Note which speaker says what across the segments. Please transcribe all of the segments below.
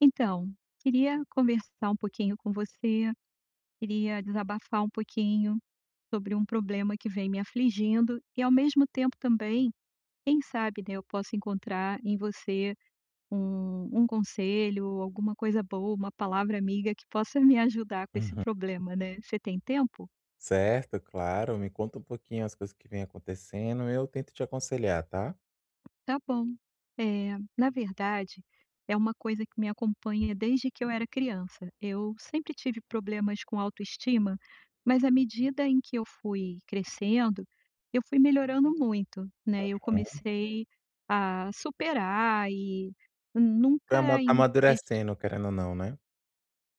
Speaker 1: Então, queria conversar um pouquinho com você, queria desabafar um pouquinho sobre um problema que vem me afligindo e, ao mesmo tempo, também, quem sabe, né, eu posso encontrar em você um conselho, alguma coisa boa, uma palavra amiga que possa me ajudar com esse
Speaker 2: Uhum.
Speaker 1: problema, né? Você tem tempo?
Speaker 2: Certo, claro. Me conta um pouquinho as coisas que vem acontecendo, eu tento te aconselhar, tá.
Speaker 1: Tá bom. É na verdade, é uma coisa que me acompanha desde que eu era criança. Eu sempre tive problemas com autoestima, mas à medida em que eu fui crescendo, eu fui melhorando muito, né. Eu
Speaker 2: Hum.
Speaker 1: comecei a superar e
Speaker 2: Vai
Speaker 1: nunca em
Speaker 2: amadurecendo, querendo ou não, né.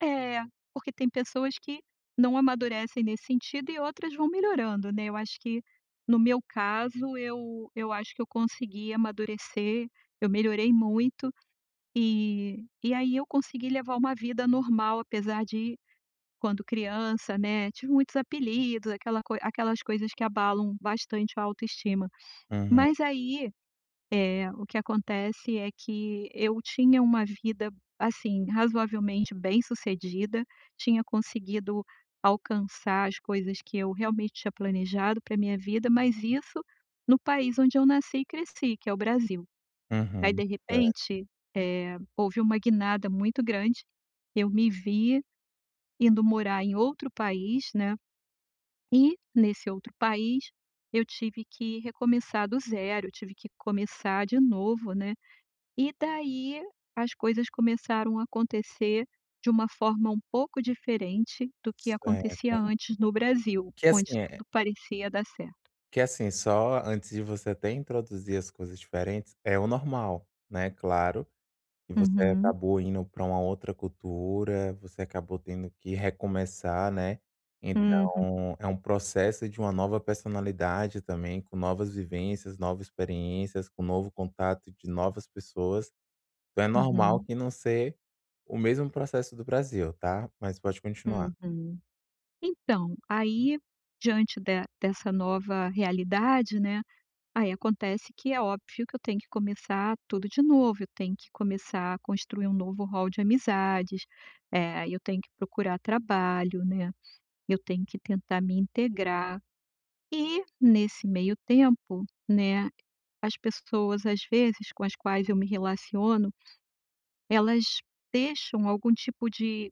Speaker 1: É, porque tem pessoas que não amadurecem nesse sentido e outras vão melhorando, né. Eu acho que, no meu caso, eu acho que eu consegui amadurecer, eu melhorei muito, e aí eu consegui levar uma vida normal, apesar de, quando criança, né, tive muitos apelidos, aquelas coisas que abalam bastante a autoestima.
Speaker 2: Uhum,
Speaker 1: Mas aí o que acontece é que eu tinha uma vida, assim, razoavelmente bem-sucedida, tinha conseguido alcançar as coisas que eu realmente tinha planejado para minha vida, mas isso no país onde eu nasci e cresci, que é o Brasil. Aí,
Speaker 2: uhum.
Speaker 1: de
Speaker 2: Certo,
Speaker 1: repente, houve uma guinada muito grande, eu me vi indo morar em outro país, né, e nesse outro país eu tive que recomeçar do zero, eu tive que começar de novo, né. E daí as coisas começaram a acontecer de uma forma um pouco diferente do que
Speaker 2: certo.
Speaker 1: acontecia antes no Brasil,
Speaker 2: Que
Speaker 1: onde
Speaker 2: assim é
Speaker 1: tudo parecia dar certo.
Speaker 2: que assim, só antes de você até introduzir as coisas diferentes, é o normal, né, claro. E você
Speaker 1: Uhum,
Speaker 2: acabou indo para uma outra cultura, você acabou tendo que recomeçar, né.
Speaker 1: uhum,
Speaker 2: Então, é um processo de uma nova personalidade também, com novas vivências, novas experiências, com novo contato de novas pessoas. Então é normal
Speaker 1: uhum,
Speaker 2: que não ser o mesmo processo do Brasil, tá. Mas pode continuar.
Speaker 1: uhum. Então, aí diante de dessa nova realidade, né, aí acontece que é óbvio que eu tenho que começar tudo de novo, eu tenho que começar a construir um novo rol de amizades, eu tenho que procurar trabalho, né, eu tenho que tentar me integrar. E nesse meio tempo, né, as pessoas, às vezes, com as quais eu me relaciono, elas deixam algum tipo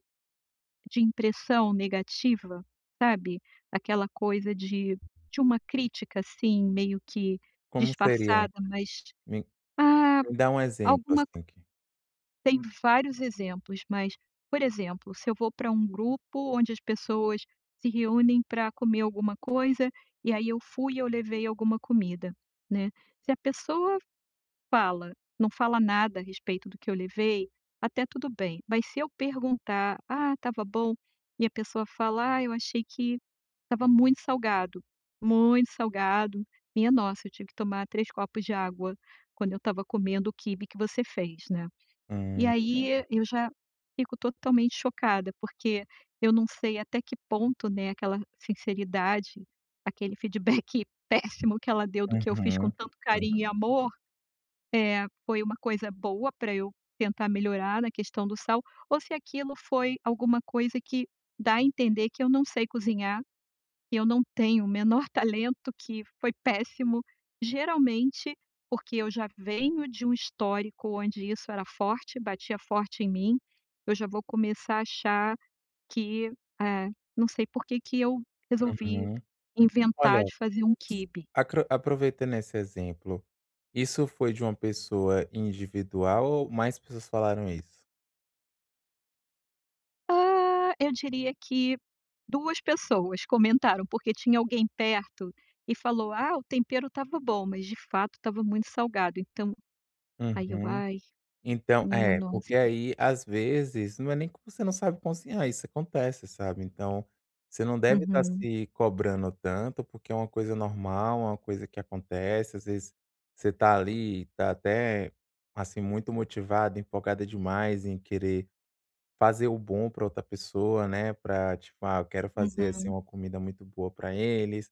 Speaker 1: de impressão negativa, sabe, aquela coisa de uma crítica, assim, meio que
Speaker 2: Como seria?
Speaker 1: disfarçada, mas,
Speaker 2: Me
Speaker 1: ah,
Speaker 2: me dá um exemplo
Speaker 1: alguma
Speaker 2: assim que
Speaker 1: tem vários exemplos, mas, por exemplo, se eu vou para um grupo onde as pessoas se reúnem para comer alguma coisa, e aí eu fui e eu levei alguma comida, né. Se a pessoa fala não fala nada a respeito do que eu levei, até tudo bem, mas se eu perguntar: "Ah, estava bom?" E a pessoa fala: "Ah, eu achei que estava muito salgado, muito salgado. Minha nossa, eu tive que tomar 3 copos de água quando eu estava comendo o quibe que você fez, né". E
Speaker 2: hum,
Speaker 1: aí eu já fico totalmente chocada, porque eu não sei até que ponto, né, aquela sinceridade, aquele feedback péssimo que ela deu do que eu fiz com
Speaker 2: uhum,
Speaker 1: tanto
Speaker 2: hum,
Speaker 1: carinho e amor, foi uma coisa boa para eu tentar melhorar na questão do sal, ou se aquilo foi alguma coisa que dá a entender que eu não sei cozinhar, que eu não tenho o menor talento, que foi péssimo, geralmente porque eu já venho de um histórico onde isso era forte, batia forte em mim, eu já vou começar a achar que, eh, não sei por que que eu resolvi
Speaker 2: uhum.
Speaker 1: inventar
Speaker 2: Olha
Speaker 1: de fazer um quibe.
Speaker 2: Acro Aproveitando esse exemplo, isso foi de uma pessoa individual ou mais pessoas falaram isso?
Speaker 1: Ah, eu diria que 2 pessoas comentaram, porque tinha alguém perto e falou: "Ah, o tempero estava bom", mas de fato estava muito salgado, então aí eu:
Speaker 2: Uhum.
Speaker 1: "Ai,
Speaker 2: Então
Speaker 1: minha
Speaker 2: é,
Speaker 1: nossa".
Speaker 2: porque aí, às vezes, não é nem que você não sabe cozinhar, isso acontece, sabe. Então, você não deve estar
Speaker 1: Uhum.
Speaker 2: se cobrando tanto, porque é uma coisa normal, é uma coisa que acontece, às vezes você tá ali, tá até, assim, muito motivado, empolgada demais em querer fazer o bom para outra pessoa, né, para tipo: "Ah, eu quero fazer, assim,
Speaker 1: Uhum,
Speaker 2: uma comida muito boa para eles".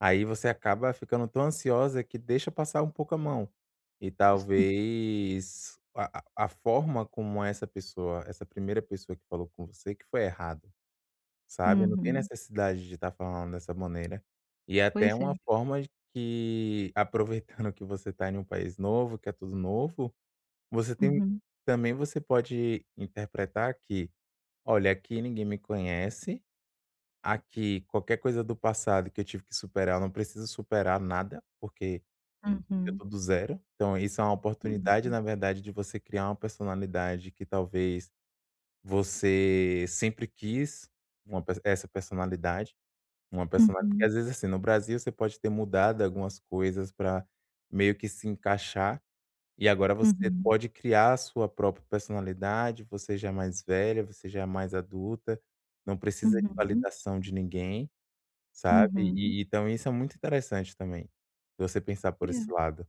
Speaker 2: Aí você acaba ficando tão ansiosa que deixa passar um pouco a mão. E talvez a forma como essa primeira pessoa que falou com você que foi errado, sabe. Não tem
Speaker 1: uhum.
Speaker 2: necessidade de estar falando dessa maneira. E é até
Speaker 1: Pois é.
Speaker 2: uma forma de que aproveitando que você está em um país novo, que é tudo novo, você tem
Speaker 1: Uhum,
Speaker 2: também você pode interpretar que: "Olha, aqui ninguém me conhece. Aqui, qualquer coisa do passado que eu tive que superar, eu não preciso superar nada, porque eu
Speaker 1: uhum,
Speaker 2: tô do zero. Então, isso é uma oportunidade,
Speaker 1: uhum,
Speaker 2: na verdade, de você criar uma personalidade que talvez você sempre quis essa personalidade. Uma personalidade". Porque
Speaker 1: uhum,
Speaker 2: às vezes, assim, no Brasil você pode ter mudado algumas coisas para meio que se encaixar, e agora você
Speaker 1: uhum,
Speaker 2: pode criar a sua própria personalidade, você já é mais velha, você já é mais adulta, não precisa de
Speaker 1: uhum,
Speaker 2: validação de ninguém, sabe.
Speaker 1: uhum.
Speaker 2: E então isso é muito interessante também, se você pensar por
Speaker 1: É,
Speaker 2: esse lado.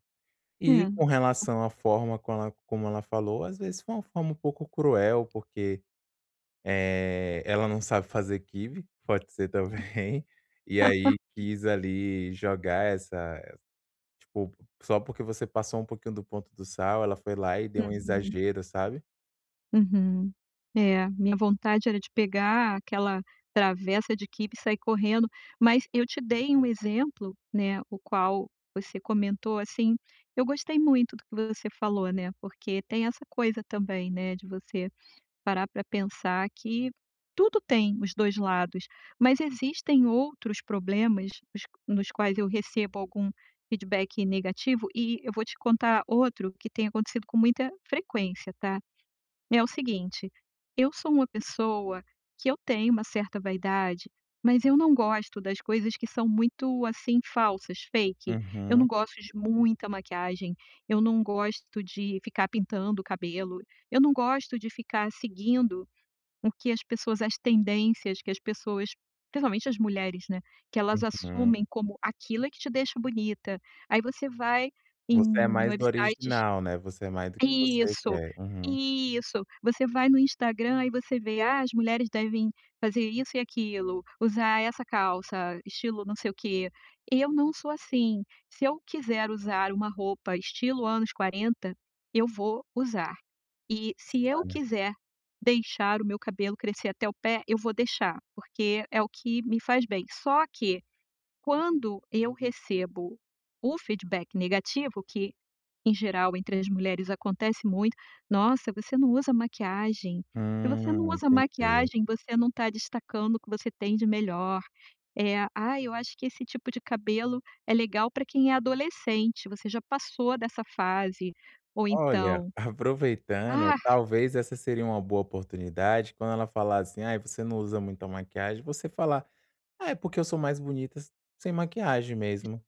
Speaker 2: E
Speaker 1: é.
Speaker 2: com relação à forma como ela falou, às vezes foi uma forma um pouco cruel, porque, ela não sabe fazer kibe, pode ser também, e aí quis ali jogar essa... Tipo, só porque você passou um pouquinho do ponto do sal, ela foi lá e deu um
Speaker 1: Uhum,
Speaker 2: exagero, sabe.
Speaker 1: uhum. É, minha vontade era de pegar aquela travessa de quibe e sair correndo, mas eu te dei um exemplo, né, o qual você comentou, assim, eu gostei muito do que você falou, né, porque tem essa coisa também, né, de você parar para pensar que tudo tem os 2 lados, mas existem outros problemas os nos quais eu recebo algum feedback negativo e eu vou te contar outro que tem acontecido com muita frequência, tá? É o seguinte, eu sou uma pessoa que eu tenho uma certa vaidade, mas eu não gosto das coisas que são muito, assim, falsas, fake. Eu
Speaker 2: Uhum,
Speaker 1: não gosto de muita maquiagem, eu não gosto de ficar pintando o cabelo, eu não gosto de ficar seguindo o que as pessoas as tendências que as pessoas, principalmente as mulheres, né, que elas
Speaker 2: uhum.
Speaker 1: assumem como aquilo é que te deixa bonita. Aí você vai em
Speaker 2: Você é mais do
Speaker 1: websites,
Speaker 2: original, né, você é mais do que você
Speaker 1: isso,
Speaker 2: quer. Uhum.
Speaker 1: isso. Você vai no Instagram, e você vê: "Ah, as mulheres devem fazer isso e aquilo, usar essa calça, estilo não sei o quê". Eu não sou assim. Se eu quiser usar uma roupa estilo anos 40, eu vou usar. E se eu
Speaker 2: Olha
Speaker 1: quiser deixar o meu cabelo crescer até o pé, eu vou deixar, porque é o que me faz bem. Só que, quando eu recebo o feedback negativo, que em geral, entre as mulheres acontece muito: "Nossa, você não usa maquiagem. Se você não usa
Speaker 2: Entendi.
Speaker 1: maquiagem, você não está destacando o que você tem de melhor". "Ah, eu acho que esse tipo de cabelo é legal para quem é adolescente, você já passou dessa fase". Ou
Speaker 2: Olha,
Speaker 1: então:
Speaker 2: aproveitando,
Speaker 1: "Ah,
Speaker 2: talvez essa seria uma boa oportunidade, quando ela falar assim: "Ah, você não usa muita maquiagem", você falar: "Ah, é porque eu sou mais bonita sem maquiagem mesmo",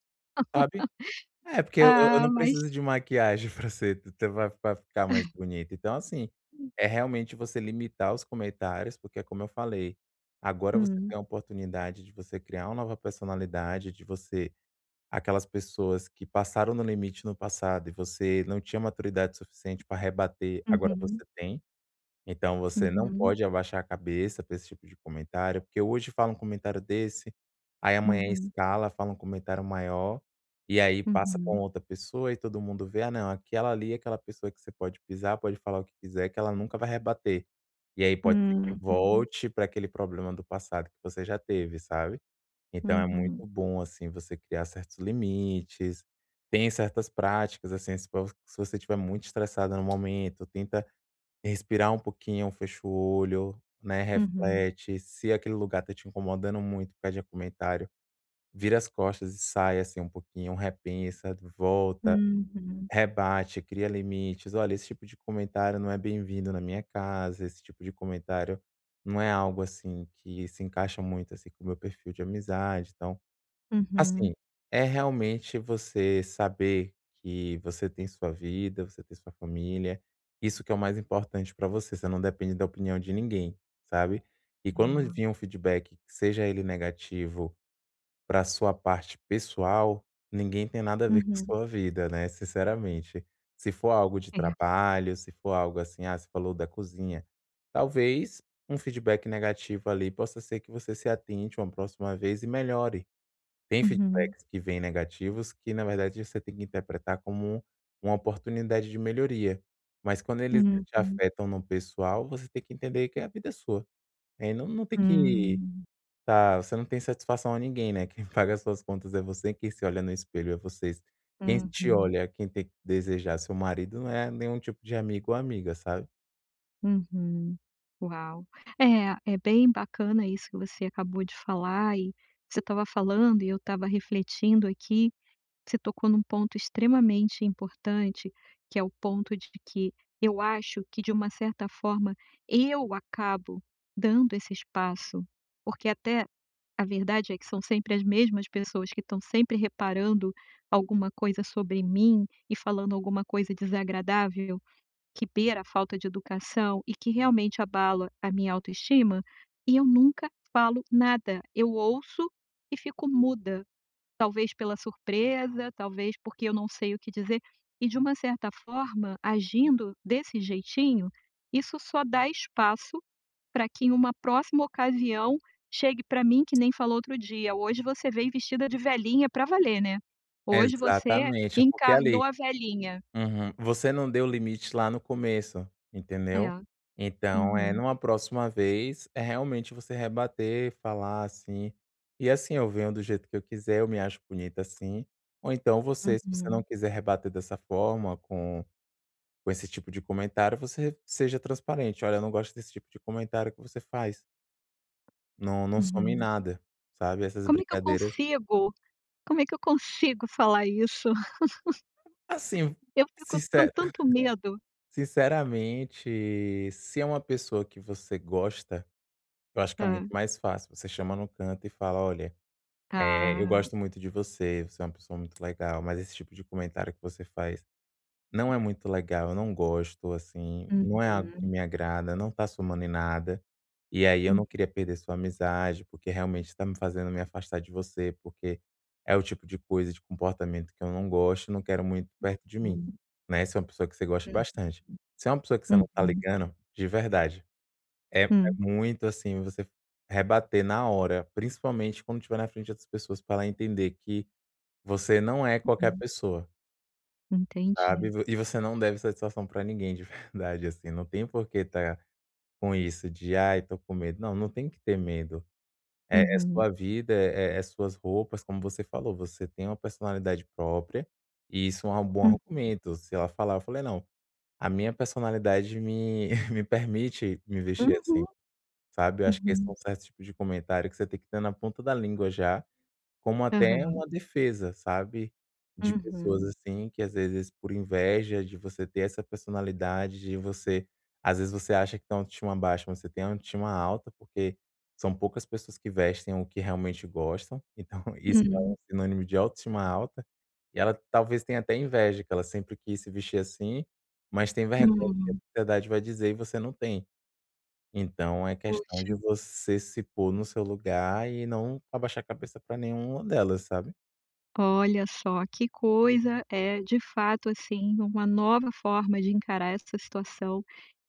Speaker 2: sabe. É, porque eu
Speaker 1: ah,
Speaker 2: não
Speaker 1: mas"
Speaker 2: preciso de maquiagem pra ser t pra ficar mais bonito. Então, assim, é realmente você limitar os comentários, porque é como eu falei, agora você
Speaker 1: Hum.
Speaker 2: tem a oportunidade de você criar uma nova personalidade, de você aquelas pessoas que passaram no limite no passado e você não tinha maturidade suficiente para rebater, agora
Speaker 1: Uhum.
Speaker 2: você tem. Então você não
Speaker 1: Uhum.
Speaker 2: pode abaixar a cabeça para esse tipo de comentário, porque hoje fala um comentário desse, aí amanhã
Speaker 1: Uhum.
Speaker 2: escala, fala um comentário maior, e aí passa com
Speaker 1: Uhum.
Speaker 2: outra pessoa e todo mundo vê: "Ah não, aquela ali é aquela pessoa que você pode pisar, pode falar o que quiser que ela nunca vai rebater". E aí pode ser que
Speaker 1: Uhum.
Speaker 2: volte para aquele problema do passado que você já teve, sabe. Então é muito
Speaker 1: Uhum.
Speaker 2: bom, assim, você criar certos limites, tem certas práticas, assim, se você estiver muito estressada no momento, tenta respirar um pouquinho, fecha o olho, né,
Speaker 1: Uhum.
Speaker 2: reflete, se aquele lugar tá te incomodando muito por causa de comentário, vira as costas e sai, assim, um pouquinho, repensa, volta,
Speaker 1: Uhum.
Speaker 2: rebate, cria limites. "Olha, esse tipo de comentário não é bem-vindo na minha casa, esse tipo de comentário não é algo, assim, que se encaixa muito, assim, com o meu perfil de amizade, então".
Speaker 1: Uhum.
Speaker 2: Assim,
Speaker 1: Uhum,
Speaker 2: é realmente você saber que você tem sua vida, você tem sua família, isso que é o mais importante pra você, você não depende da opinião de ninguém, sabe. E quando
Speaker 1: é.
Speaker 2: vinha um feedback, seja ele negativo, pra sua parte pessoal, ninguém tem nada a ver com
Speaker 1: Uhum.
Speaker 2: a sua vida, né, sinceramente. Se for algo de
Speaker 1: É.
Speaker 2: trabalho, se for algo assim, ah, você falou da cozinha, talvez um feedback negativo ali possa ser que você se atente uma próxima vez e melhore. Tem
Speaker 1: Uhum.
Speaker 2: feedbacks que vêm negativos que, na verdade, você tem que interpretar como uma oportunidade de melhoria. Mas quando eles te
Speaker 1: Uhum,
Speaker 2: afetam no pessoal, você tem que entender que a vida é sua. Aí não tem que
Speaker 1: hum,
Speaker 2: tá... Você não tem satisfação a ninguém, né, quem paga as suas contas é você, quem se olha no espelho é vocês. Quem te
Speaker 1: uhum,
Speaker 2: olha, quem tem que desejar seu marido não é nenhum tipo de amigo ou amiga, sabe.
Speaker 1: uhum. Uau. É, é bem bacana isso que você acabou de falar e você estava falando e eu estava refletindo aqui, você tocou num ponto extremamente importante, que é o ponto de que eu acho que de uma certa forma eu acabo dando esse espaço, porque até a verdade é que são sempre as mesmas pessoas que estão sempre reparando alguma coisa sobre mim e falando alguma coisa desagradável, que beira a falta de educação e que realmente abala a minha autoestima, e eu nunca falo nada. Eu ouço e fico muda, talvez pela surpresa, talvez porque eu não sei o que dizer. E de uma certa forma, agindo desse jeitinho, isso só dá espaço para que em uma próxima ocasião chegue para mim que nem falou outro dia: "Hoje você veio vestida de velhinha para valer, né. Hoje você
Speaker 2: Exatamente, é porque
Speaker 1: encarnou
Speaker 2: ali...
Speaker 1: a velhinha".
Speaker 2: Uhum. Você não deu limite lá no começo, entendeu?
Speaker 1: É.
Speaker 2: Então, é
Speaker 1: Uhum,
Speaker 2: numa próxima vez, é realmente você rebater, falar assim: "E assim, eu venho do jeito que eu quiser, eu me acho bonita assim". Ou então você, se você não
Speaker 1: uhum,
Speaker 2: quiser rebater dessa forma, com esse tipo de comentário, você seja transparente: "Olha, eu não gosto desse tipo de comentário que você faz, não some em
Speaker 1: uhum.
Speaker 2: nada", sabe, essas
Speaker 1: Como é que eu
Speaker 2: brincadeiras.
Speaker 1: consigo como é que eu consigo falar isso?
Speaker 2: Assim,
Speaker 1: Eu fico com
Speaker 2: sincera
Speaker 1: tanto medo.
Speaker 2: sinceramente, se é uma pessoa que você gosta, eu acho que é muito
Speaker 1: Hã.
Speaker 2: mais fácil. Você chama no canto e fala: "Olha, eu
Speaker 1: Ah.
Speaker 2: gosto muito de você, você é uma pessoa muito legal, mas esse tipo de comentário que você faz não é muito legal, eu não gosto, assim, não é algo que
Speaker 1: Uhum.
Speaker 2: me agrada, não tá somando em nada. E aí eu
Speaker 1: Uhum.
Speaker 2: não queria perder sua amizade, porque realmente tá me fazendo me afastar de você, porque é o tipo de coisa, de comportamento que eu não gosto e não quero muito perto de mim",
Speaker 1: Uhum.
Speaker 2: né, se é uma pessoa que você gosta bastante. Se é uma pessoa que você não tá
Speaker 1: Uhum.
Speaker 2: ligando, de verdade é
Speaker 1: Uhum.
Speaker 2: muito, assim, você rebater na hora, principalmente quando estiver na frente de outras pessoas, para ela entender que você não é qualquer
Speaker 1: Uhum,
Speaker 2: pessoa, sabe.
Speaker 1: entendi.
Speaker 2: E você não deve satisfação para ninguém de verdade, assim, não tem por que tá com isso de: "Ai, tô com medo". Não, não tem que ter medo. É
Speaker 1: Uhum.
Speaker 2: sua vida, é suas roupas, como você falou, você tem uma personalidade própria, e isso é um bom
Speaker 1: Hum.
Speaker 2: argumento. Se ela falar, eu falei: "Não, a minha personalidade me me permite me vestir assim".
Speaker 1: Uhum.
Speaker 2: Sabe, eu acho que esse é
Speaker 1: Uhum.
Speaker 2: um certo tipo de comentário que você tem que ter na ponta da língua já, como até
Speaker 1: Aham.
Speaker 2: uma defesa, sabe, de pessoas,
Speaker 1: Uhum.
Speaker 2: assim, que às vezes por inveja de você ter essa personalidade, de você às vezes você acha que tem uma autoestima baixa, mas você tem uma autoestima alta, porque são poucas pessoas que vestem o que realmente gostam, então isso é um
Speaker 1: Hum.
Speaker 2: sinônimo de autoestima alta, e ela talvez tenha até inveja, que ela sempre quis se vestir assim, mas tem vergonha do que a
Speaker 1: Hum,
Speaker 2: sociedade vai dizer e você não tem. Então é questão
Speaker 1: poxa,
Speaker 2: de você se pôr no seu lugar e não abaixar a cabeça para nenhuma delas, sabe.
Speaker 1: olha só que coisa, é de fato, assim, uma nova forma de encarar essa situação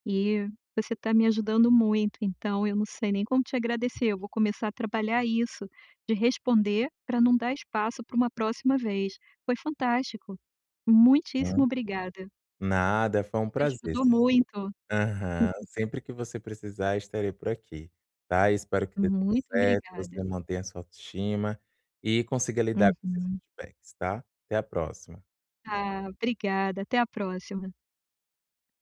Speaker 1: e você está me ajudando muito, então eu não sei nem como te agradecer. Eu vou começar a trabalhar isso, de responder para não dar espaço para uma próxima vez. Foi fantástico.
Speaker 2: Hã.
Speaker 1: Muitíssimo obrigada.
Speaker 2: Nada, foi um prazer.
Speaker 1: Ajudou muito.
Speaker 2: Aham. Sempre que você precisar, estarei por aqui, tá. Espero que dê tudo
Speaker 1: Muito
Speaker 2: certo,
Speaker 1: obrigada.
Speaker 2: você mantenha a sua autoestima e consiga lidar com esses
Speaker 1: Uhum.
Speaker 2: feedbacks, tá. Até a próxima.
Speaker 1: Ah, obrigada. Até a próxima.